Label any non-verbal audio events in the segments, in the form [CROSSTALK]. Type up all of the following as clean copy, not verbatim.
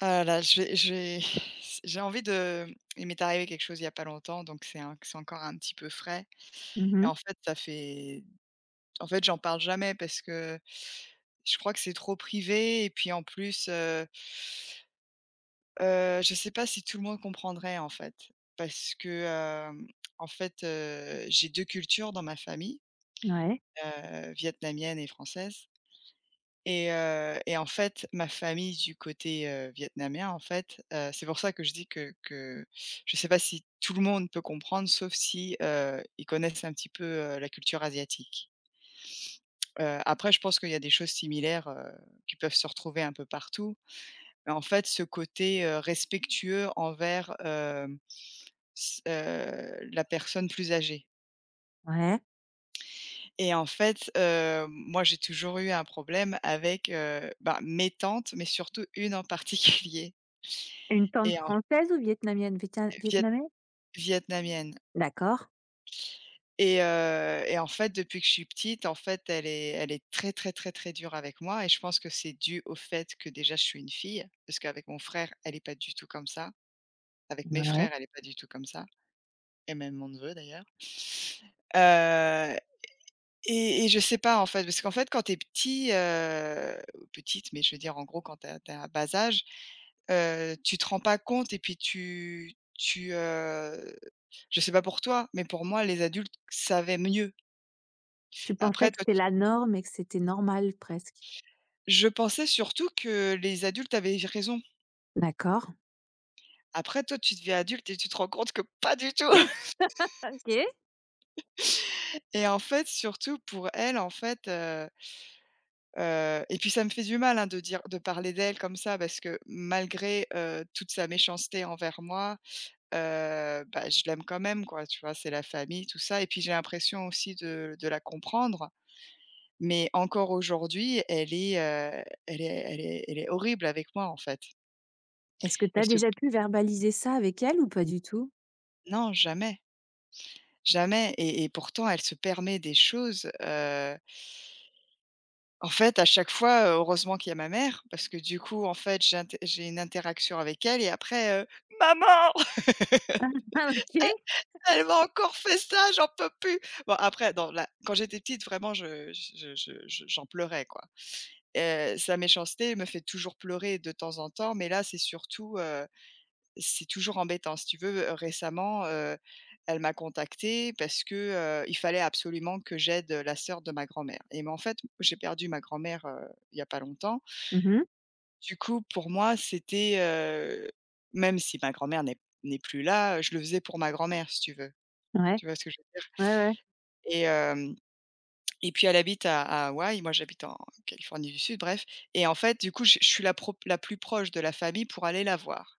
Ah là là, je vais [SIGHS] j'ai envie de Il m'est arrivé quelque chose il y a pas longtemps, donc c'est encore un petit peu frais et Mmh. en fait, ça fait en fait, j'en parle jamais parce que je crois que c'est trop privé et puis en plus, je ne sais pas si tout le monde comprendrait, en fait. Parce que, hem, en fait, j'ai 2 cultures dans ma famille, Ouais, vietnamienne et française. Et en fait, ma famille du côté, vietnamien, en fait, c'est pour ça que je dis que je ne sais pas si tout le monde peut comprendre, sauf si, ils connaissent un petit peu, la culture asiatique. Après, je pense qu'il y a des choses similaires, qui peuvent se retrouver un peu partout. Mais en fait, ce côté, respectueux envers, hem, s la personne plus âgée. ouais. Et en fait, moi, j'ai toujours eu un problème avec, bah, mes tantes, mais surtout une en particulier. Une tante Et en française ou vietnamienne? Vietna viet vietnamienne? Vietnamienne. D'accord. Et en fait, depuis que je suis petite, en fait, elle est très, très, très, très dure avec moi et je pense que c'est dû au fait que déjà je suis une fille, parce qu'avec mon frère, elle est pas du tout comme ça. Avec mes Ouais. frères, elle est pas du tout comme ça, et même mon neveu d'ailleurs. Heu et je sais pas, en fait, parce qu'en fait, petite, mais je veux dire, en gros, quand tu bas âge, tu te rends pas compte et puis je sais pas pour toi, mais pour moi, les adultes savaient mieux. Tu pensais Après que toi, c'était tu la norme et que c'était normal presque? Je pensais surtout que les adultes avaient raison. D'accord. Après toi, tu deviens adulte et tu te rends compte que pas du tout. [LAUGHS] [LAUGHS] OK. Et en fait, surtout pour elles, en fait, et puis ça me fait du mal, hein, de parler d'elle comme ça parce que malgré, toute sa méchanceté envers moi, bah, je l'aime quand même quoi, tu vois? C'est la famille, tout ça, et puis j'ai l'impression aussi de la comprendre, mais encore aujourd'hui, elle est, elle est elle est elle est horrible avec moi, en fait. Est-ce que tu Elle as se déjà pu verbaliser ça avec elle ou pas du tout? Non, jamais, jamais, et et pourtant elle se permet des choses, en fait. À chaque fois, heureusement qu'il y a ma mère parce que du coup, en fait, j'ai une interaction avec elle et après, «Maman! Ah, OK. Elle Elle m'a encore fait ça, j'en peux plus!» Bon, après, dans la quand j'étais petite vraiment, je j'en pleurais quoi. Sa méchanceté me fait toujours pleurer de temps en temps, mais là, c'est surtout, c'est toujours embêtant. Si tu veux, récemment, elle m'a contactée parce que, il fallait absolument que j'aide, la sœur de ma grand-mère, et mais en fait, j'ai perdu ma grand-mère, il y a pas longtemps. Mhm. Du coup, pour moi, c'était, même si ma grand-mère n'est plus là, je le faisais pour ma grand-mère, si tu veux. Ouais. Tu vois ce que je veux dire? Ouais, ouais. Et hem et puis elle habite à Hawaï, moi j'habite en Californie du Sud, bref, et en fait, du coup, je suis la plus proche de la famille pour aller la voir.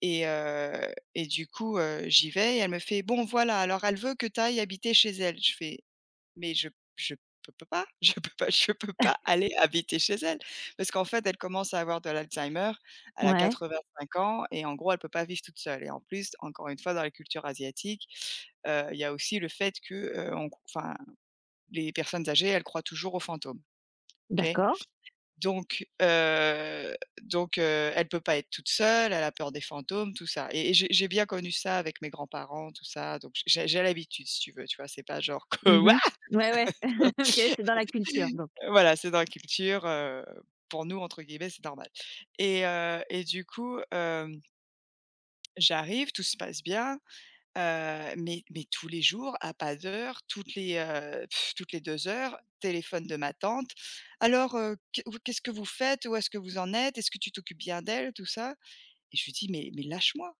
Et du coup, j'y vais et elle me fait: «Bon, voilà, alors elle veut que tu ailles habiter chez elle». Je fais: mais je peux pas, [LAUGHS] je peux pas, aller habiter chez elle. Parce qu'en fait, elle commence à avoir de l'Alzheimer, elle a Ouais. 85 ans et en gros, elle peut pas vivre toute seule et en plus, encore une fois, dans la culture asiatique, il y a aussi le fait que, on enfin, les personnes âgées, elles croient toujours aux fantômes, OK? D'accord. Donc heu donc elle peut pas être toute seule, elle a peur des fantômes, tout ça, et j'ai bien connu ça avec mes grands-parents, tout ça, donc j'ai l'habitude, si tu veux, tu vois? C'est pas genre que: [LAUGHS] Mhm. «What?» Ouais, ouais. [LAUGHS] OK, c'est dans la culture donc. Voilà, c'est dans la culture, pour nous, entre guillemets, c'est normal. Et du coup, j'arrive, tout se passe bien, mais tous les jours, à pas d'heure, toutes les 2 heures, téléphone de ma tante: «Alors, qu'est-ce que vous faites? Où est-ce que vous en êtes? Est-ce que tu t'occupes bien d'elle?» tout ça, et je lui dis: «Mais lâche-moi!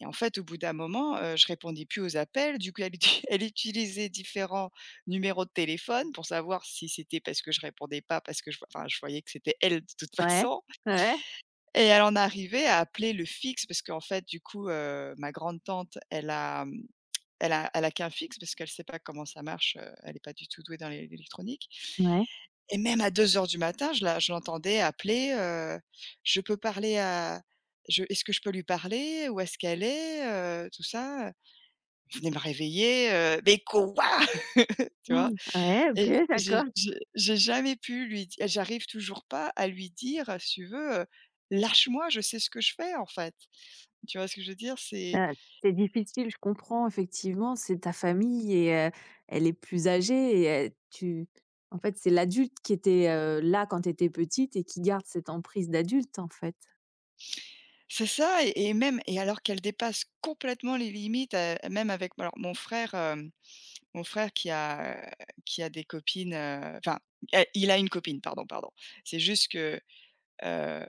Et en fait, au bout d'un moment, je répondais plus aux appels. Du coup, elle uti [LAUGHS] elle utilisait différents numéros de téléphone pour savoir si c'était parce que je répondais pas, parce que je enfin, je voyais que c'était elle de toute [LAUGHS] Ouais. façon, Ouais. et elle en arrivait à appeler le fixe parce qu'en fait, du coup, ma grande tante, elle a, mmh, elle a elle a qu'un fixe parce qu'elle sait pas comment ça marche, elle est pas du tout douée dans l'électronique, Ouais. et même à 2 heures du matin, je l'entendais appeler, «Je peux parler à je est-ce que je peux lui parler? Où est-ce qu'elle est?» Tout ça, je venais me réveiller, «Mais quoi?» [LAUGHS] Tu Oh. vois? Ouais, OK, Et d'accord. J'ai jamais pu lui di j'arrive toujours pas à lui dire, si tu veux, «Lâche-moi, je sais ce que je fais, en fait». Tu vois ce que je veux dire? C'est Heu, c'est difficile, je comprends effectivement, c'est ta famille et elle est plus âgée et tu en fait, c'est l'adulte qui était, là quand tu étais petite et qui garde cette emprise d'adulte, en fait. c'est ça, et même et alors qu'elle dépasse complètement les limites, même avec alors mon frère, mon frère qui a des copines, enfin, é il a une copine, pardon, pardon. C'est juste que, heu,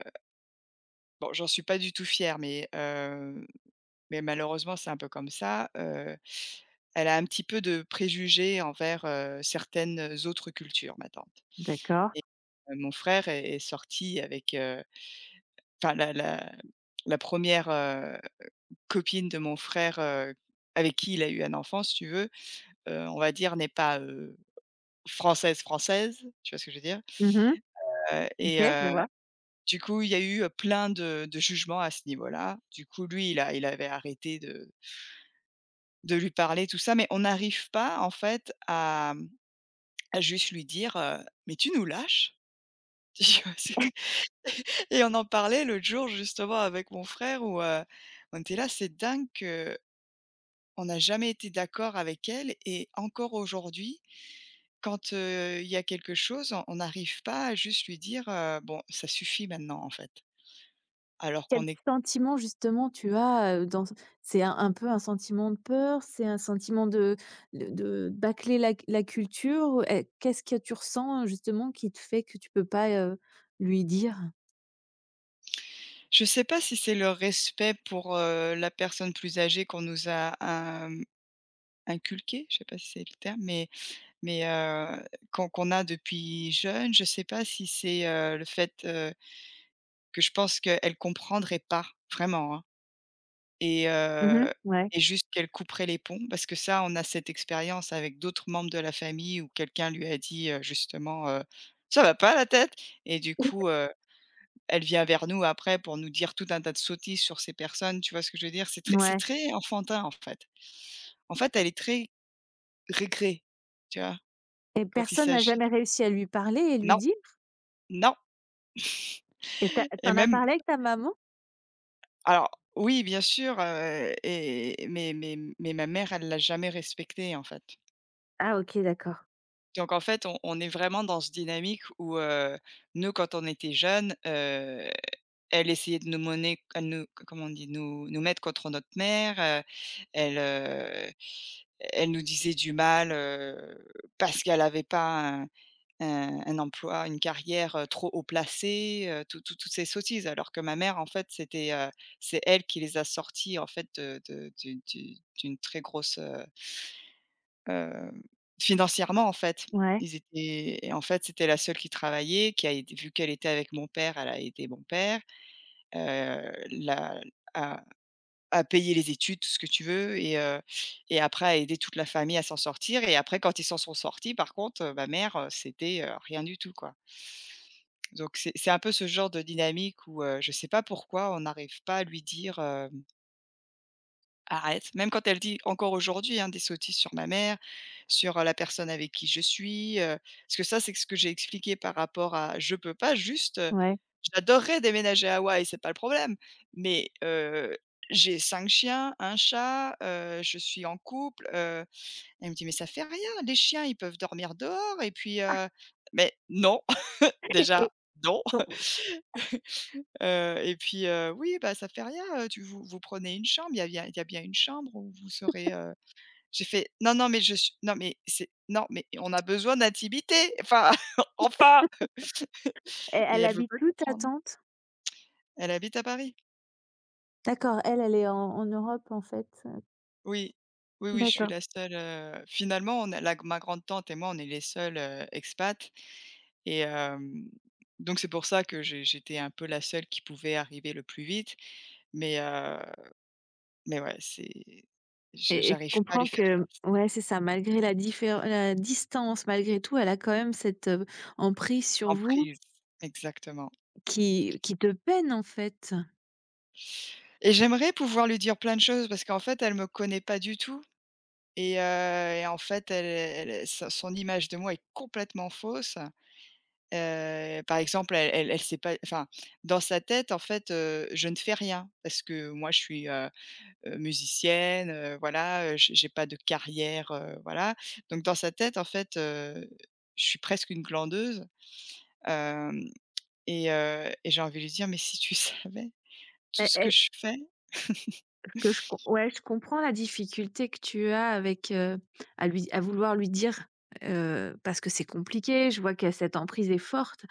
bon, j'en suis pas du tout fière, mais malheureusement, c'est un peu comme ça, elle a un petit peu de préjugés envers, certaines autres cultures, ma tante. D'accord. Et mon frère est sorti avec, enfin la 1re copine de mon frère, avec qui il a eu un enfant, si tu veux, on va dire n'est pas, française, française, tu vois ce que je veux dire? Mmh. Heu et OK, je heu, vois. du coup, il y a eu, plein de jugements à ce niveau-là. Du coup, lui, il avait arrêté de lui parler, tout ça, mais on n'arrive pas, en fait, à, à juste lui dire, «Mais tu nous lâches?» [LAUGHS] Tu vois? C'est [LAUGHS] Et on en parlait l'autre jour justement avec mon frère où, on était là, c'est dingue qu'on n'a jamais été d'accord avec elle, et encore aujourd'hui, quand, il y a quelque chose, on n'arrive pas à juste lui dire, «Bon, ça suffit maintenant, en fait». Alors Quel qu'on est sentiment justement tu as, dans c'est un peu un sentiment de peur? C'est un sentiment de de bâcler la culture? Ou et qu'est-ce que tu ressens justement qui te fait que tu peux pas, lui dire? Je sais pas si c'est le respect pour, la personne plus âgée qu'on nous a, inculqué, je sais pas si c'est le terme, mais qu'on a depuis jeune, je sais pas si c'est, le fait, que je pense qu'elle comprendrait pas, vraiment, hein, et Mmh. heu Ouais, et juste qu'elle couperait les ponts parce que ça, on a cette expérience avec d'autres membres de la famille où quelqu'un lui a dit, justement, «Ça va pas la tête?» Et du coup, elle vient vers nous après pour nous dire tout un tas de sottises sur ces personnes, tu vois ce que je veux dire? C'est ouais. très enfantin, en fait. En fait, elle est très régrée, tu vois? Et Quand il personne n'a s'agit jamais réussi à lui parler et lui Non, dire? non. Et tu et as as même parlé avec ta maman? Alors oui, bien sûr, ma mère, elle l'a jamais respecté, en fait. Ah, OK, d'accord. Donc en fait, on est vraiment dans ce dynamique où, nous, quand on était jeunes, elle essayait de nous mener elle nous comment on dit? Nous mettre contre notre mère, elle, heu, elle nous disait du mal, parce qu'elle avait pas heu, un emploi, une carrière, trop haut placée, tout toutes ces sottises. Alors que ma mère, en fait, c'est elle qui les a sortis, en fait, de du d'une très grosse, hem, financièrement, en fait. Ouais, Ils étaient, et en fait, c'était la seule qui travaillait, qui a aidé, vu qu'elle était avec mon père, elle a aidé mon père, la à à payer les études, tout ce que tu veux, et après à aider toute la famille à s'en sortir, et après quand ils s'en sont sortis, par contre, ma mère, rien du tout, quoi. Donc c'est un peu ce genre de dynamique où, je sais pas pourquoi on n'arrive pas à lui dire, hem: «Arrête». Même quand elle dit encore aujourd'hui, hein, des sottises sur ma mère, sur, la personne avec qui je suis, parce que ça, c'est ce que j'ai expliqué par rapport à je peux pas juste, ouais. j'adorerais déménager à Hawaï, c'est pas le problème, mais, j'ai 5 chiens, un chat, je suis en couple, elle me dit: «Mais ça fait rien, les chiens, ils peuvent dormir dehors et puis, heu». Mais non, [LAUGHS] [LAUGHS] déjà, Et non. ton e Oui, bah, ça fait rien, tu vous vous prenez une chambre, il y a bien une chambre où vous serez, heu. J'ai fait: «Non, non, mais je suis non, mais c'est non, mais on a besoin d'intimité, enfin, [LAUGHS] enfin!» Et elle elle veut habite pas où ta comprendre. tante? Elle habite à Paris. D'accord, elle, elle est en Europe, en fait. Oui. Oui, oui, je suis D'accord la seule, finalement, on a la ma grande-tante et moi, on est les seuls, expats, et hem, donc c'est pour ça que j'étais un peu la seule qui pouvait arriver le plus vite, mais heu, mais ouais, c'est je et je j'arrive pas à lui comprends faire. que ouais, c'est ça, malgré la différen la distance, malgré tout, elle a quand même cette, emprise sur En vous prise, exactement, qui te peine, en fait. et j'aimerais pouvoir lui dire plein de choses parce qu'en fait, elle me connaît pas du tout. Et heu et en fait, elle elle son image de moi est complètement fausse. Par exemple, elle elle elle sait pas, enfin, dans sa tête, en fait, je ne fais rien parce que moi, je suis, musicienne, voilà, j'ai pas de carrière, voilà, donc dans sa tête, en fait, je suis presque une glandeuse, hem et j'ai envie de lui dire: «Mais si tu [LAUGHS] savais E tout ce que e je fais». Que je com ouais, je comprends la difficulté que tu as avec, à lui à vouloir lui dire, parce que c'est compliqué. Je vois que cette emprise est forte.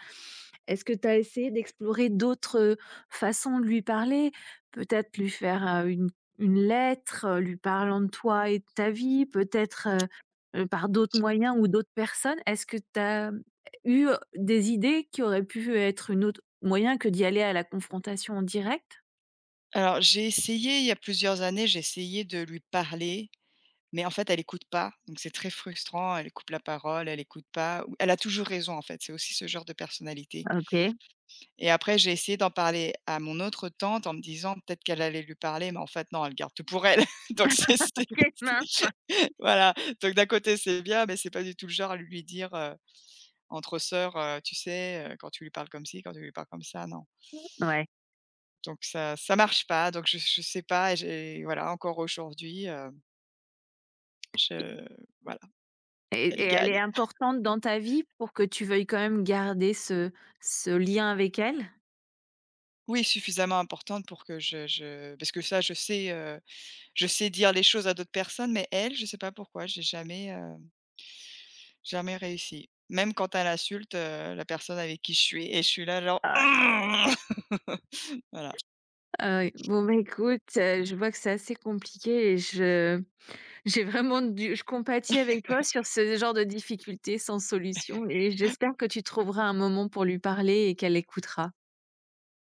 Est-ce que tu as essayé d'explorer d'autres façons de lui parler? Peut-être lui faire, une lettre, lui parlant de toi et de ta vie? Peut-être, par d'autres moyens ou d'autres personnes? Est-ce que tu as eu, des idées qui auraient pu être une autre moyen que d'y aller à la confrontation en direct? Alors j'ai essayé il y a plusieurs années, j'ai essayé de lui parler, mais en fait elle écoute pas, donc c'est très frustrant. Elle coupe la parole, elle écoute pas, ou elle a toujours raison en fait, c'est aussi ce genre de personnalité. OK. Et après j'ai essayé d'en parler à mon autre tante en me disant peut-être qu'elle allait lui parler, mais en fait non, elle garde tout pour elle. [LAUGHS] Donc [LAUGHS] Mince. c'est [LAUGHS] voilà, donc d'un côté c'est bien, mais c'est pas du tout le genre à lui dire, entre sœurs, tu sais, quand tu lui parles comme ci, quand tu lui parles comme ça, non. Ouais. Donc ça marche pas, donc je sais pas, et j'ai voilà, encore aujourd'hui, je voilà, elle Et elle est gagne. importante dans ta vie pour que tu veuilles quand même garder ce lien avec elle? Oui, suffisamment importante pour que je, parce que ça je sais dire les choses à d'autres personnes, mais elle, je sais pas pourquoi, j'ai jamais, jamais réussi. Même quand elle insulte, la personne avec qui je suis, et je suis là genre: Ah [LAUGHS] «Voilà. ouais. Bon, bah, écoute, je vois que c'est assez compliqué et je j'ai vraiment du je compatis avec toi sur ce genre de difficultés sans solution et j'espère que tu trouveras un moment pour lui parler et qu'elle écoutera.